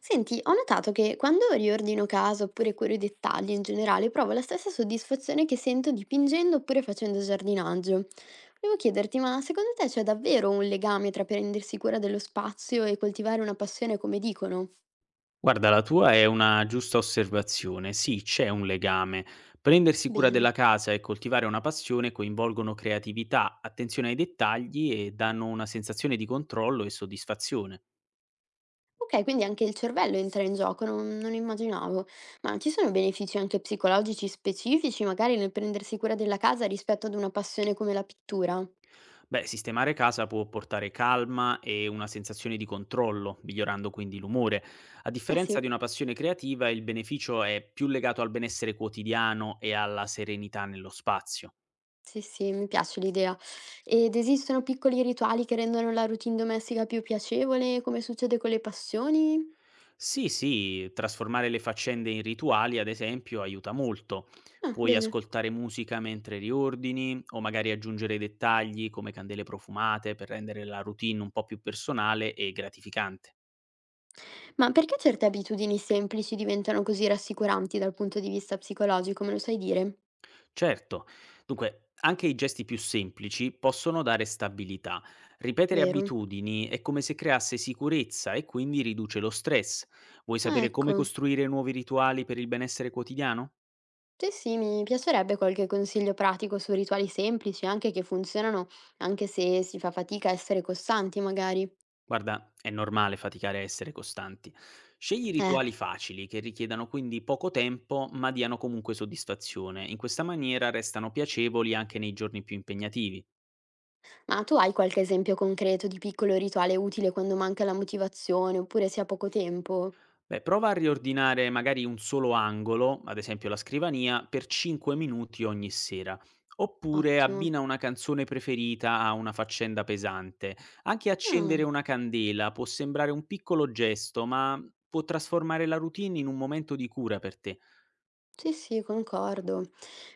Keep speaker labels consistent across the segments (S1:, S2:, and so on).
S1: Senti, ho notato che quando riordino casa oppure curo i dettagli in generale, provo la stessa soddisfazione che sento dipingendo oppure facendo giardinaggio. Volevo chiederti, ma secondo te c'è davvero un legame tra prendersi cura dello spazio e coltivare una passione come dicono?
S2: Guarda, la tua è una giusta osservazione. Sì, c'è un legame. Prendersi cura della
S1: Bene.
S2: casa e coltivare una passione coinvolgono creatività, attenzione ai dettagli e danno una sensazione di controllo e soddisfazione.
S1: Ok, quindi anche il cervello entra in gioco, non immaginavo. Ma ci sono benefici anche psicologici specifici, magari nel prendersi cura della casa rispetto ad una passione come la pittura?
S2: Beh, sistemare casa può portare calma e una sensazione di controllo, migliorando quindi l'umore. A
S1: Eh
S2: differenza
S1: sì.
S2: di una passione creativa, il beneficio è più legato al benessere quotidiano e alla serenità nello spazio.
S1: Sì, sì, mi piace l'idea. Ed esistono piccoli rituali che rendono la routine domestica più piacevole, come succede con le passioni?
S2: Sì, sì, trasformare le faccende in rituali, ad esempio, aiuta molto.
S1: Ah,
S2: Puoi
S1: bene.
S2: ascoltare musica mentre riordini o magari aggiungere dettagli come candele profumate per rendere la routine un po' più personale e gratificante.
S1: Ma perché certe abitudini semplici diventano così rassicuranti dal punto di vista psicologico, me lo sai dire?
S2: Certo, dunque, anche i gesti più semplici possono dare stabilità. Ripetere
S1: Vero?
S2: abitudini è come se creasse sicurezza e quindi riduce lo stress. Vuoi
S1: Ah,
S2: sapere come
S1: ecco.
S2: costruire nuovi rituali per il benessere quotidiano?
S1: Sì, sì, mi piacerebbe qualche consiglio pratico su rituali semplici, anche che funzionano, anche se si fa fatica a essere costanti, magari.
S2: Guarda, è normale faticare a essere costanti. Scegli
S1: Eh.
S2: rituali facili che richiedano quindi poco tempo ma diano comunque soddisfazione. In questa maniera restano piacevoli anche nei giorni più impegnativi.
S1: Ma tu hai qualche esempio concreto di piccolo rituale utile quando manca la motivazione oppure si ha poco tempo?
S2: Beh, prova a riordinare magari un solo angolo, ad esempio la scrivania, per 5 minuti ogni sera. Oppure
S1: Ottimo.
S2: abbina una canzone preferita a una faccenda pesante. Anche accendere
S1: Ah,
S2: una candela può sembrare un piccolo gesto, ma può trasformare la routine in un momento di cura per te.
S1: sì, sì, concordo.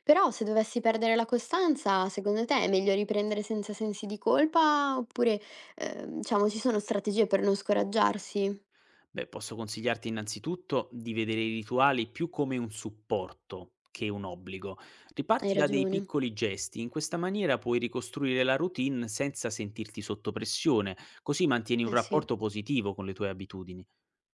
S1: Però se dovessi perdere la costanza, secondo te è meglio riprendere senza sensi di colpa oppure, diciamo, ci sono strategie per non scoraggiarsi?
S2: Beh, posso consigliarti innanzitutto di vedere i rituali più come un supporto che un obbligo.
S1: Hai
S2: Riparti da dei
S1: ragione.
S2: piccoli gesti, in questa maniera puoi ricostruire la routine senza sentirti sotto pressione, così mantieni un
S1: Eh sì,
S2: rapporto positivo con le tue abitudini.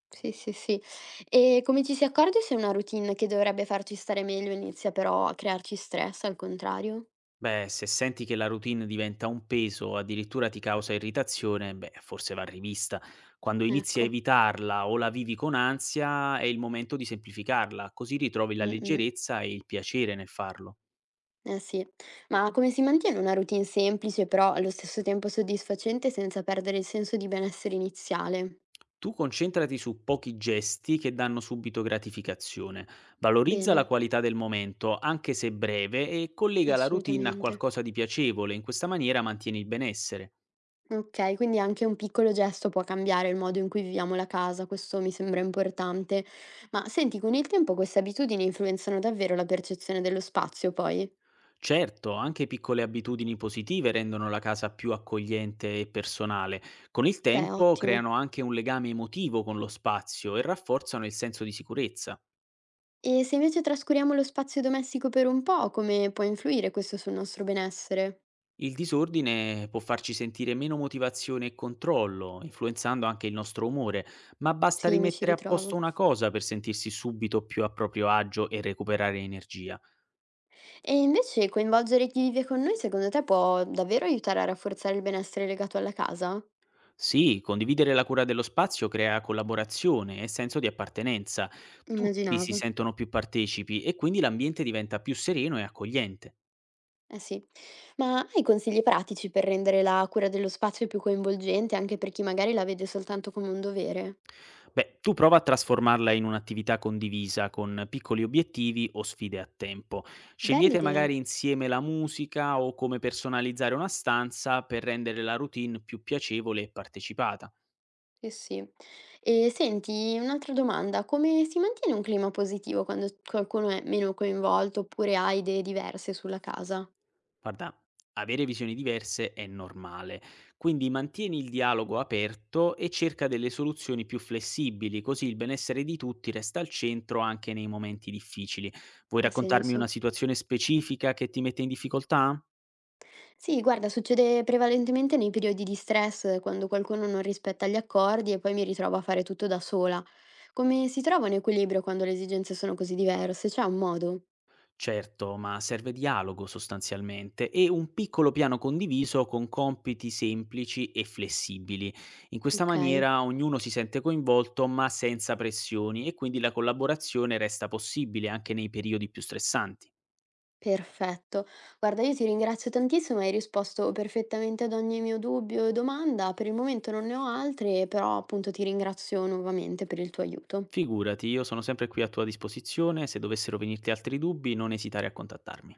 S1: sì, sì, sì. E come ci si accorge se una routine che dovrebbe farci stare meglio inizia però a crearci stress, al contrario?
S2: Beh, se senti che la routine diventa un peso o addirittura ti causa irritazione, beh, forse va rivista. Quando inizi a
S1: Ecco.
S2: evitarla o la vivi con ansia, è il momento di semplificarla, così ritrovi la
S1: Mm, mm.
S2: leggerezza e il piacere nel farlo.
S1: Eh sì, ma come si mantiene una routine semplice, però allo stesso tempo soddisfacente senza perdere il senso di benessere iniziale?
S2: Tu concentrati su pochi gesti che danno subito gratificazione, valorizza la
S1: Bene,
S2: qualità del momento, anche se breve, e collega la routine a
S1: assolutamente.
S2: qualcosa di piacevole, in questa maniera mantieni il benessere.
S1: Ok, quindi anche un piccolo gesto può cambiare il modo in cui viviamo la casa, questo mi sembra importante. Ma senti, con il tempo queste abitudini influenzano davvero la percezione dello spazio, poi?
S2: Certo, anche piccole abitudini positive rendono la casa più accogliente e personale. Con il
S1: Beh,
S2: tempo
S1: ottimo.
S2: creano anche un legame emotivo con lo spazio e rafforzano il senso di sicurezza.
S1: E se invece trascuriamo lo spazio domestico per un po', come può influire questo sul nostro benessere?
S2: Il disordine può farci sentire meno motivazione e controllo, influenzando anche il nostro umore, ma basta
S1: Sì, mi ci
S2: rimettere a posto
S1: ritrovo.
S2: una cosa per sentirsi subito più a proprio agio e recuperare energia.
S1: E invece coinvolgere chi vive con noi, secondo te, può davvero aiutare a rafforzare il benessere legato alla casa?
S2: Sì, condividere la cura dello spazio crea collaborazione e senso di appartenenza. Tutti si
S1: Immaginavo.
S2: sentono più partecipi e quindi l'ambiente diventa più sereno e accogliente.
S1: Eh sì. Ma hai consigli pratici per rendere la cura dello spazio più coinvolgente anche per chi magari la vede soltanto come un dovere?
S2: Beh, tu prova a trasformarla in un'attività condivisa con piccoli obiettivi o sfide a tempo.
S1: Bella
S2: Scegliete
S1: idea.
S2: magari insieme la musica o come personalizzare una stanza per rendere la routine più piacevole e partecipata.
S1: Eh sì. E senti, un'altra domanda, come si mantiene un clima positivo quando qualcuno è meno coinvolto oppure ha idee diverse sulla casa?
S2: Guarda, avere visioni diverse è normale, quindi mantieni il dialogo aperto e cerca delle soluzioni più flessibili, così il benessere di tutti resta al centro anche nei momenti difficili. Vuoi
S1: Ha
S2: raccontarmi una
S1: senso?
S2: situazione specifica che ti mette in difficoltà?
S1: Sì, guarda, succede prevalentemente nei periodi di stress, quando qualcuno non rispetta gli accordi e poi mi ritrovo a fare tutto da sola. Come si trova un equilibrio quando le esigenze sono così diverse? C'è un modo?
S2: Certo, ma serve dialogo sostanzialmente e un piccolo piano condiviso con compiti semplici e flessibili. In questa
S1: Ok,
S2: maniera ognuno si sente coinvolto ma senza pressioni e quindi la collaborazione resta possibile anche nei periodi più stressanti.
S1: perfetto. Guarda, io ti ringrazio tantissimo, hai risposto perfettamente ad ogni mio dubbio e domanda. Per il momento non ne ho altre, però appunto ti ringrazio nuovamente per il tuo aiuto.
S2: Figurati, io sono sempre qui a tua disposizione, se dovessero venirti altri dubbi non esitare a contattarmi.